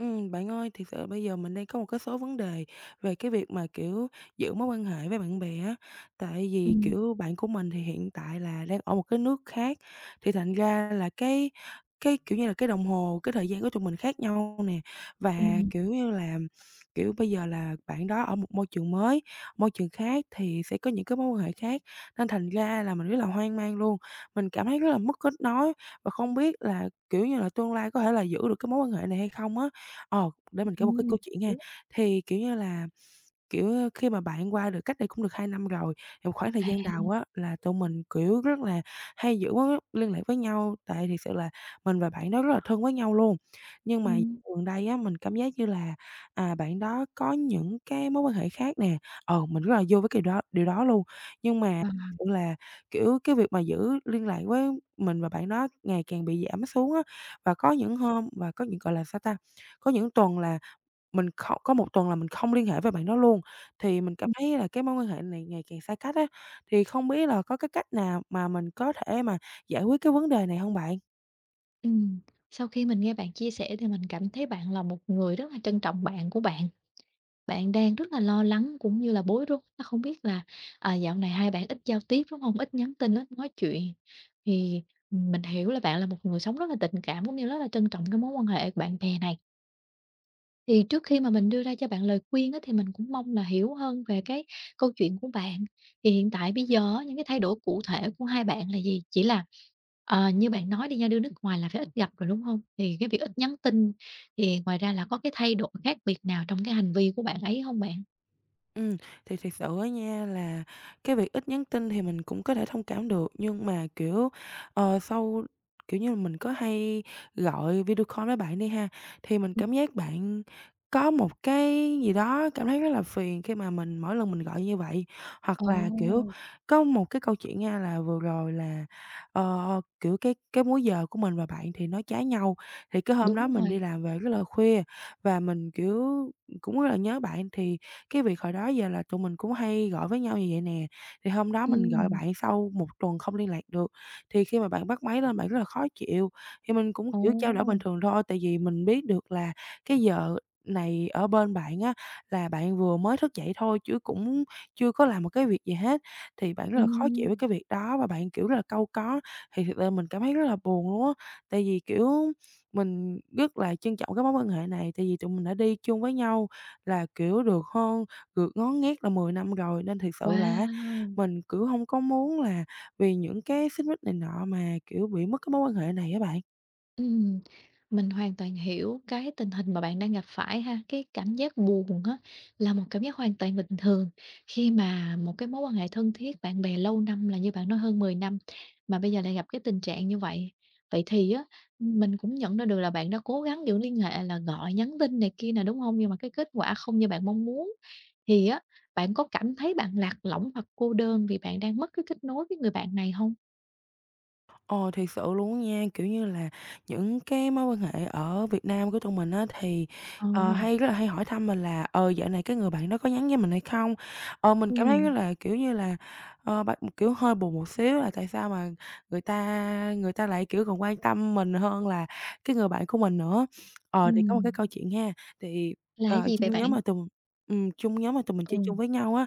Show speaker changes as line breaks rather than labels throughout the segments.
Bạn ơi, thiệt sự bây giờ mình đang có một cái số vấn đề về cái việc mà, kiểu, giữ mối quan hệ với bạn bè á. Tại vì,
Ừm,
kiểu, bạn của mình thì hiện tại là đang ở một cái nước khác, thì thành ra là cái, kiểu như là, cái đồng hồ, cái thời gian của tụi mình khác nhau nè. Và,
ừm,
kiểu như là, kiểu, bây giờ là bạn đó ở một môi trường mới, môi trường khác thì sẽ có những cái mối quan hệ khác, nên thành ra là mình rất là hoang mang luôn. Mình cảm thấy rất là mất kết nối và không biết là, kiểu như là, tương lai có thể là giữ được cái mối quan hệ này hay không á. Ờ, để mình kể một cái
mình
câu chuyện nha.
hiểu.
Thì, kiểu như là, kiểu, ơ, khi mà bạn qua được cách đây cũng được 2 năm rồi, thì một khoảng thời
À,
gian đầu á là tụi mình, kiểu, rất là hay giữ mối liên lạc với nhau, tại thiệt sự là mình và bạn đó rất là thân với nhau luôn. Nhưng mà
Ừm.
gần đây á, mình cảm giác như là, à, bạn đó có những cái mối quan hệ khác nè, ờ, mình rất là vui với cái đó điều đó luôn. Nhưng mà
à,
thực sự là, kiểu, cái việc mà giữ liên lạc với mình và bạn đó ngày càng bị giảm xuống á, và có những hôm và có những, gọi là, sao ta, có những tuần là mình không có một tuần là mình không liên hệ với bạn đó luôn, thì mình cảm
ừm,
thấy là cái mối quan hệ này ngày càng xa cách á, thì không biết là có cái cách nào mà mình có thể mà giải quyết cái vấn đề này hông bạn?
ừm. Sau khi mình nghe bạn chia sẻ thì mình cảm thấy bạn là một người rất là trân trọng bạn của bạn. Bạn đang rất là lo lắng cũng như là bối rối, nó không biết là, dạo này hai bạn ít giao tiếp, đúng hông? Ít nhắn tin, ít nói chuyện. Thì mình hiểu là bạn là một người sống rất là tình cảm cũng như rất là trân trọng cái mối quan hệ bạn bè này. Thì trước khi mà mình đưa ra cho bạn lời khuyên á, thì mình cũng mong là hiểu hơn về cái câu chuyện của bạn. Thì hiện tại bây giờ á, những cái thay đổi cụ thể của hai bạn là gì? Chỉ là, như bạn nói đi nha, đưa nước ngoài là phải ít gặp rồi, đúng không? Thì cái việc ít nhắn tin, thì ngoài ra là có cái thay đổi khác biệt nào trong cái hành vi của bạn ấy không bạn?
Ừm, thì thật sự á nha là cái việc ít nhắn tin thì mình cũng có thể thông cảm được, nhưng mà, kiểu, ờ, sau kiểu như, là mình có hay gọi video call với bạn đi ha, thì mình cảm giác bạn có một cái gì đó cảm thấy rất là phiền khi mà mỗi lần mình gọi như vậy. Hoặc
Ồ,
là, kiểu, có một cái câu chuyện nha là vừa rồi là, ờ, kiểu, cái múi giờ của mình và bạn thì nó trái nhau, thì cái hôm đó
đúng
mình đi
rồi.
làm về rất là khuya và mình, kiểu, cũng rất là nhớ bạn thì cái việc hồi đó giờ là tụi mình cũng hay gọi với nhau như vậy nè, thì hôm đó mình gọi
Ừm,
bạn sau một tuần không liên lạc được, thì khi mà bạn bắt máy lên bạn rất là khó chịu, thì mình cũng,
ồ,
kiểu, trao đổi bình thường thôi, tại vì mình biết được là cái giờ này ở bên bạn á, là bạn vừa mới thức dậy thôi chứ cũng chưa có làm một cái việc gì hết, thì bạn rất là khó chịu
ừm,
với cái việc đó và bạn, kiểu, rất là cau có. Thì thực sự mình cảm thấy rất là buồn luôn á, tại vì, kiểu, mình rất là trân trọng cái mối quan hệ này, tại vì tụi mình đã đi chung với nhau là, kiểu, được ngón nghét là 10 năm rồi, nên thiệt sự là á
wow!
mình, kiểu, hông có muốn là vì những cái xích mích này nọ mà, kiểu, bị mất cái mối quan hệ này á bạn.
Ừm, mình hoàn toàn hiểu cái tình hình mà bạn đang gặp phải ha. Cái cảm giác buồn á là một cảm giác hoàn toàn bình thường khi mà một cái mối quan hệ thân thiết, bạn bè lâu năm là như bạn nói hơn 10 năm, mà bây giờ lại gặp cái tình trạng như vậy. Vậy thì á, mình cũng nhận ra được là bạn đã cố gắng giữ liên hệ là gọi, nhắn tin này kia nè, đúng không? Nhưng mà cái kết quả không như bạn mong muốn. Thì á, bạn có cảm thấy bạn lạc lõng hoặc cô đơn vì bạn đang mất cái kết nối với người bạn này không?
Ồ, thiệt sự luôn nha, kiểu như là, những cái mối quan hệ ở Việt Nam của tụi mình á thì,
Ờ.
ờ, hay rất là hay hỏi thăm mình là "Ờ, dạo này cái người bạn đó có nhắn với mình hay không?" Ờ, mình cảm thấy
ừ
rất là, kiểu như là, ờ, bạn kiểu, hơi buồn một xíu là tại sao mà người ta lại, kiểu, còn quan tâm mình hơn là cái người bạn của mình nữa. Ờ, thì có một cái
ừm,
câu chuyện ha, thì,
là cái
ờ,
gì vậy bạn?
chung nhóm mà tụi mình chơi
Ừm,
chung với nhau á,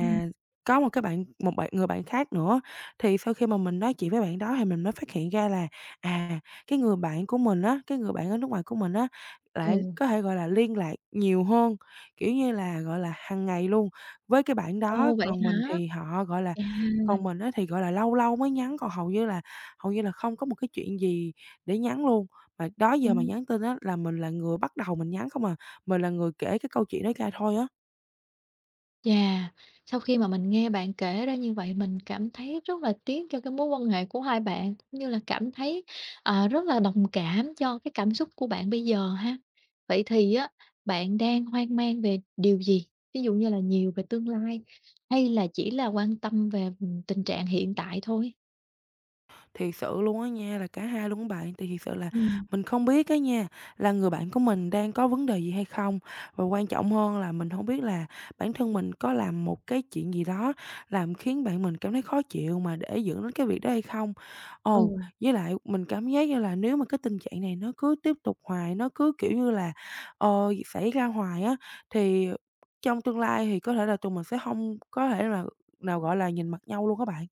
ừm,
có một người bạn khác nữa thì sau khi mà mình nói chuyện với bạn đó thì mình mới phát hiện ra là, à, cái người bạn của mình á, cái người bạn ở nước ngoài của mình á, lại
ừ.
có thể, gọi là, liên lạc nhiều hơn, kiểu như là, gọi là, hàng ngày luôn với cái bạn đó.
Ồ, vậy hả? Chà,
Còn mình á thì, gọi là, lâu lâu mới nhắn, còn hầu như là không có một cái chuyện gì để nhắn luôn. Mà đó giờ mà
ừm,
nhắn tin á là mình là người bắt đầu mình nhắn không à, mình là người kể cái câu chuyện đó ra thôi á.
chà, sau khi mà mình nghe bạn kể ra như vậy mình cảm thấy rất là tiếc cho cái mối quan hệ của hai bạn, cũng như là cảm thấy, rất là đồng cảm cho cái cảm xúc của bạn bây giờ ha. Vậy thì á, bạn đang hoang mang về điều gì? Ví dụ như là nhiều về tương lai hay là chỉ là quan tâm về, tình trạng hiện tại thôi?
Thiệt sự luôn á nha, là cả hai luôn á bạn, thì thiệt sự là
Ừm,
mình không biết á nha, là người bạn của mình đang có vấn đề gì hay không? Và quan trọng hơn là mình không biết là bản thân mình có làm một cái chuyện gì đó làm khiến bạn mình cảm thấy khó chịu mà để dẫn đến cái việc đó hay không? Ồ,
ừ.
với lại mình cảm giác như là nếu mà cái tình trạng này nó cứ tiếp tục hoài, nó cứ, kiểu như là, ờ, xảy ra hoài á, thì trong tương lai thì có thể là tụi mình sẽ không có thể là nào, gọi là, nhìn mặt nhau luôn các bạn.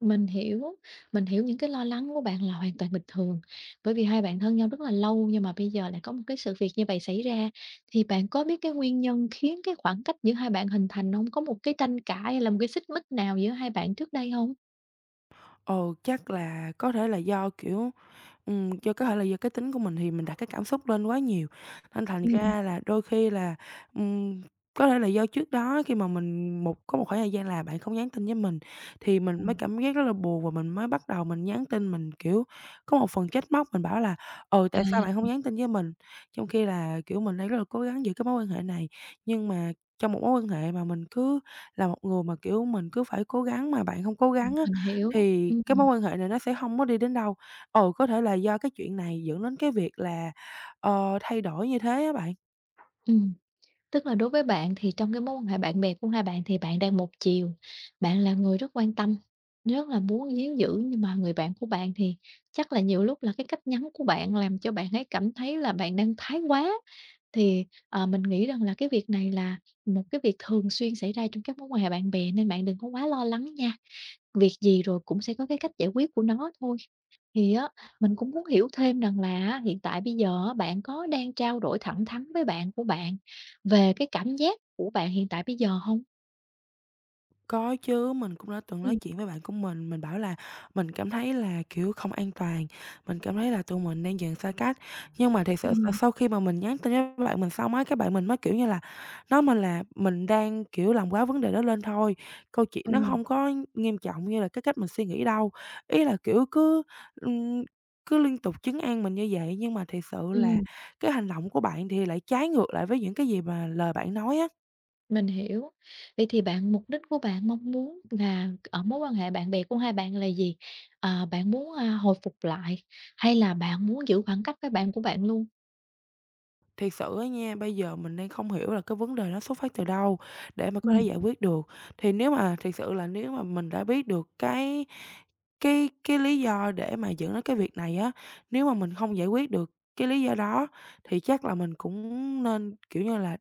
Mình hiểu, mình hiểu những cái lo lắng của bạn là hoàn toàn bình thường, bởi vì hai bạn thân nhau rất là lâu nhưng mà bây giờ lại có một cái sự việc như vậy xảy ra, thì bạn có biết cái nguyên nhân khiến cái khoảng cách giữa hai bạn hình thành không? Có một cái tranh cãi hay là một cái xích mích nào giữa hai bạn trước đây không?
Ồ chắc là có thể là do, kiểu, do có thể là do cái tính của mình thì mình đặt cái cảm xúc lên quá nhiều, nên thành
Ừm.
ra là đôi khi là, ừm, có thể là do trước đó khi mà mình một có một khoảng thời gian là bạn không nhắn tin với mình, thì mình mới cảm giác rất là buồn và mình mới bắt đầu mình nhắn tin, kiểu, có một phần trách móc, mình bảo là "Ừ,
À,
tại sao bạn hông nhắn tin với mình?" Trong khi là, kiểu, mình đang rất là cố gắng giữ cái mối quan hệ này, nhưng mà trong một mối quan hệ mà mình cứ là một người mà, kiểu, mình cứ phải cố gắng mà bạn hông cố gắng á,
mình hiểu.
thì cái mối
Ừm,
quan hệ này nó sẽ hông có đi đến đâu. Ừ, có thể là do cái chuyện này dẫn đến cái việc là, ờ, thay đổi như thế á bạn.
ừm. Tức là đối với bạn thì trong cái mối quan hệ bạn bè của hai bạn thì bạn đang một chiều, bạn là người rất quan tâm, rất là muốn níu giữ, nhưng mà người bạn của bạn thì chắc là nhiều lúc là cái cách nhắn của bạn làm cho bạn ấy cảm thấy là bạn đang thái quá. Thì mình nghĩ rằng là cái việc này là một cái việc thường xuyên xảy ra trong các mối quan hệ bạn bè nên bạn đừng có quá lo lắng nha. Việc gì rồi cũng sẽ có cái cách giải quyết của nó thôi. Thì á, mình cũng muốn hiểu thêm rằng là hiện tại bây giờ á, bạn có đang trao đổi thẳng thắn với bạn của bạn về cái cảm giác của bạn hiện tại bây giờ không?
Có chứ, mình cũng đã từng nói
Ừm.
chuyện với bạn của mình bảo là mình cảm thấy là, kiểu, không an toàn, mình cảm thấy là tụi mình đang dần xa cách. Nhưng mà thiệt sự
Ừm.
sau khi mà mình nhắn tin với bạn mình xong á, cái bạn mình mới, kiểu như là, nói mình là mình đang, kiểu, làm quá vấn đề đó lên thôi, câu chuyện
Ừm,
nó
ừm,
không có nghiêm trọng như là cái cách mình suy nghĩ đâu. Ý là, kiểu, cứ, ừm, cứ liên tục trấn an mình như vậy, nhưng mà thiệt sự là cái hành động của bạn thì lại trái ngược lại với những cái gì mà lời bạn nói á.
mình hiểu. Vậy thì mục đích của bạn mong muốn là ở mối quan hệ bạn bè của hai bạn là gì? À, bạn muốn, hồi phục lại hay là bạn muốn giữ khoảng cách với bạn của bạn luôn?
Thiệt sự á nha, bây giờ mình đang không hiểu là cái vấn đề nó xuất phát từ đâu để mà có thể
Ừm,
giải quyết được. Thì nếu mà thiệt sự là nếu mà mình đã biết được cái lý do để mà dẫn đến cái việc này á, nếu mà mình không giải quyết được cái lý do đó thì chắc là mình cũng nên, kiểu như là,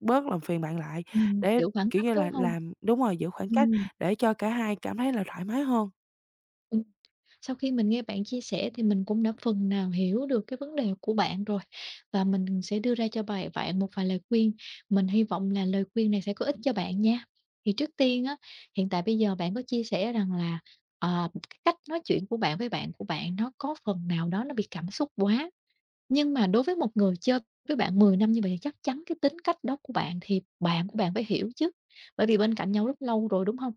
bớt làm phiền bạn lại
ừm,
để,
giữ khoảng
kiểu
cách,
như
đúng
là,
không?
làm đúng rồi, giữ khoảng cách
Ừm.
để cho cả hai cảm thấy là thoải mái hơn.
Sau khi mình nghe bạn chia sẻ thì mình cũng đã phần nào hiểu được cái vấn đề của bạn rồi và mình sẽ đưa ra cho bài bạn một vài lời khuyên. Mình hy vọng là lời khuyên này sẽ có ích cho bạn nha. Thì trước tiên á, hiện tại bây giờ bạn có chia sẻ rằng là, cái cách nói chuyện của bạn với bạn của bạn nó có phần nào đó nó bị cảm xúc quá. Nhưng mà đối với một người chơi với bạn 10 năm như vậy thì chắc chắn cái tính cách đó của bạn thì bạn của bạn phải hiểu chứ, bởi vì bên cạnh nhau rất lâu rồi, đúng không?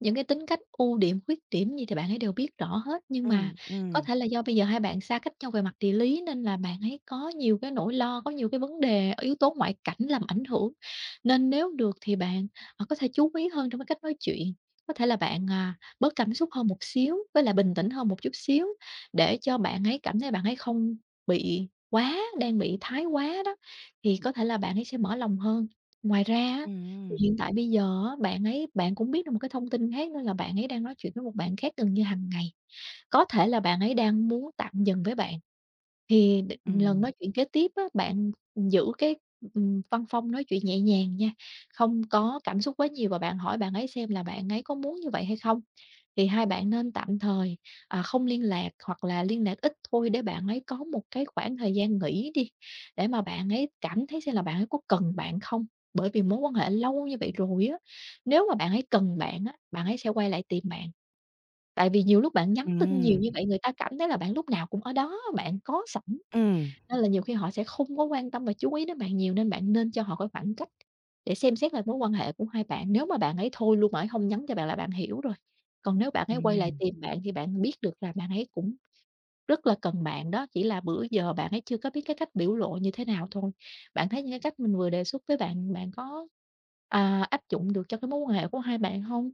Những cái tính cách, ưu điểm, khuyết điểm gì thì bạn ấy đều biết rõ hết, nhưng
Ừ,
mà
ừ,
có thể là do bây giờ hai bạn xa cách nhau về mặt địa lý nên là bạn ấy có nhiều cái nỗi lo, có nhiều cái vấn đề, yếu tố ngoại cảnh làm ảnh hưởng. Nên nếu được thì bạn có thể chú ý hơn trong cái cách nói chuyện, có thể là bạn bớt cảm xúc hơn một xíu, với lại bình tĩnh hơn một chút xíu để cho bạn ấy cảm thấy bạn ấy không bị quá, đang bị thái quá đó, thì có thể là bạn ấy sẽ mở lòng hơn. Ngoài ra á thì
ừ,
hiện tại bây giờ á, bạn cũng biết được một cái thông tin khác nữa là bạn ấy đang nói chuyện với một bạn khác gần như hàng ngày. Có thể là bạn ấy đang muốn tạm dừng với bạn. Thì
ừ,
lần nói chuyện kế tiếp á, bạn giữ cái, văn phong nói chuyện nhẹ nhàng nha, không có cảm xúc quá nhiều và bạn hỏi bạn ấy xem là bạn ấy có muốn như vậy hay không. Thì hai bạn nên tạm thời không liên lạc hoặc là liên lạc ít thôi để bạn ấy có một cái khoảng thời gian nghỉ đi, để mà bạn ấy cảm thấy xem là bạn ấy có cần bạn không. Bởi vì mối quan hệ lâu như vậy rồi á, nếu mà bạn ấy cần bạn á, bạn ấy sẽ quay lại tìm bạn. Tại vì nhiều lúc bạn nhắn tin nhiều
ừ,
như vậy, người ta cảm thấy là bạn lúc nào cũng ở đó, bạn có sẵn.
ừ
Nên là nhiều khi họ sẽ không có quan tâm và chú ý đến bạn nhiều, nên bạn nên cho họ cái khoảng cách để xem xét lại mối quan hệ của hai bạn. Nếu mà bạn ấy thôi luôn, bạn ấy hông nhắn cho bạn là bạn hiểu rồi. Còn nếu bạn ấy quay lại
ừm.
tìm bạn thì bạn biết được là bạn ấy cũng rất là cần bạn đó, chỉ là bữa giờ bạn ấy chưa có biết cái cách biểu lộ như thế nào thôi. Bạn thấy những cái cách mình vừa đề xuất với bạn, bạn có, áp dụng được cho cái mối quan hệ của hai bạn không?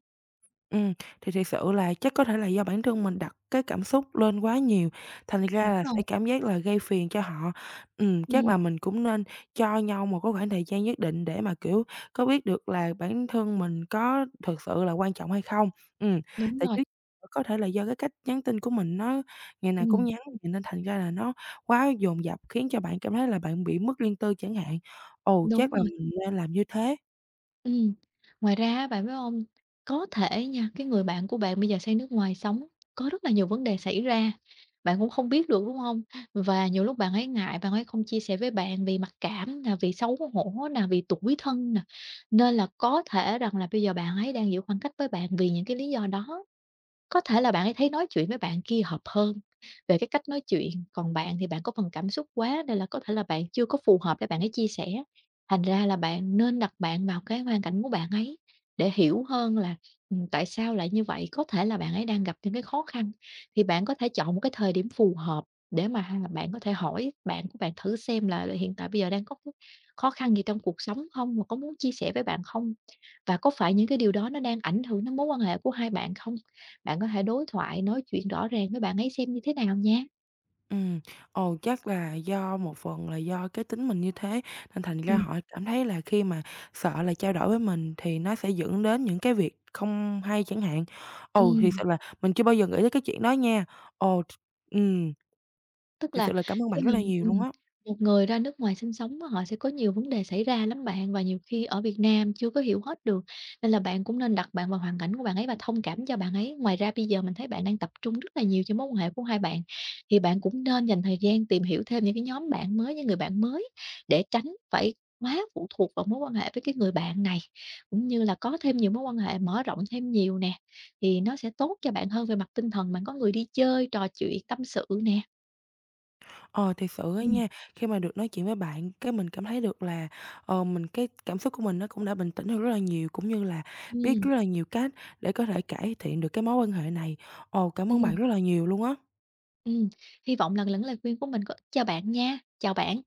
Ừm, thì thiệt sự là chắc có thể là do bản thân mình đặt cái cảm xúc lên quá nhiều, thành ra
Đúng
là
rồi.
sẽ cảm giác là gây phiền cho họ. Chắc
Ừm,
là mình cũng nên cho nhau một cái khoảng thời gian nhất định để mà, kiểu, có biết được là bản thân mình có thực sự là quan trọng hay không. Ừm,
đúng
tại
rồi,
trước có thể là do cái cách nhắn tin của mình nó ngày nào cũng
ừm,
nhắn, vậy nên thành ra là nó quá dồn dập khiến cho bạn cảm thấy là bạn bị mất riêng tư chẳng hạn. Ồ,
đúng
chắc là
rồi.
mình nên làm như thế.
Ừm, ngoài ra á, bạn biết hông? Có thể nha, cái người bạn của bạn bây giờ sang nước ngoài sống, có rất là nhiều vấn đề xảy ra, bạn cũng không biết được, đúng không? Và nhiều lúc bạn ấy ngại, bạn ấy không chia sẻ với bạn vì mặc cảm nè, vì xấu hổ nè, vì tủi thân nè, nên là có thể rằng là bây giờ bạn ấy đang giữ khoảng cách với bạn vì những cái lý do đó. Có thể là bạn ấy thấy nói chuyện với bạn kia hợp hơn về cái cách nói chuyện, còn bạn thì bạn có phần cảm xúc quá nên là có thể là bạn chưa có phù hợp để bạn ấy chia sẻ. Thành ra là bạn nên đặt bạn vào cái hoàn cảnh của bạn ấy để hiểu hơn là, tại sao lại như vậy, có thể là bạn ấy đang gặp những cái khó khăn. Thì bạn có thể chọn một cái thời điểm phù hợp để mà bạn có thể hỏi bạn của bạn thử xem là hiện tại bây giờ đang có cái khó khăn gì trong cuộc sống không? Và có muốn chia sẻ với bạn không? Và có phải những cái điều đó nó đang ảnh hưởng đến mối quan hệ của hai bạn không? Bạn có thể đối thoại, nói chuyện rõ ràng với bạn ấy xem như thế nào nha.
Ừm, ồ, chắc là do một phần là do cái tính mình như thế, nên thành ra
Ừm,
họ cảm thấy là khi mà sợ là trao đổi với mình thì nó sẽ dẫn đến những cái việc không hay chẳng hạn. Ồ, thì
ừm.
sự là mình chưa bao giờ nghĩ tới cái chuyện đó nha. Ồ, th ừm,
Tức
thiệt
là
sự là cảm ơn
khi
bạn rất
mà
là nhiều luôn
ừm,
á.
một người ra nước ngoài sinh sống á, họ sẽ có nhiều vấn đề xảy ra lắm bạn, và nhiều khi ở Việt Nam chưa có hiểu hết được, nên là bạn cũng nên đặt bạn vào hoàn cảnh của bạn ấy và thông cảm cho bạn ấy. Ngoài ra bây giờ mình thấy bạn đang tập trung rất là nhiều cho mối quan hệ của hai bạn, thì bạn cũng nên dành thời gian tìm hiểu thêm những cái nhóm bạn mới, những người bạn mới để tránh phải quá phụ thuộc vào mối quan hệ với cái người bạn này, cũng như là có thêm nhiều mối quan hệ, mở rộng thêm nhiều nè, thì nó sẽ tốt cho bạn hơn về mặt tinh thần. Bạn có người đi chơi, trò chuyện, tâm sự nè.
Ờ, thiệt sự á nha, khi mà được nói chuyện với bạn, cái mình cảm thấy được là, ờ, cái cảm xúc của mình nó cũng đã bình tĩnh hơn rất là nhiều, cũng như là biết
Ừm,
rất là nhiều cách để có thể cải thiện được cái mối quan hệ này. Ồ, cảm ơn
ừm,
bạn rất là nhiều luôn á.
ừm. Hy vọng là lời khuyên của mình có ích cho bạn nha. Chào bạn.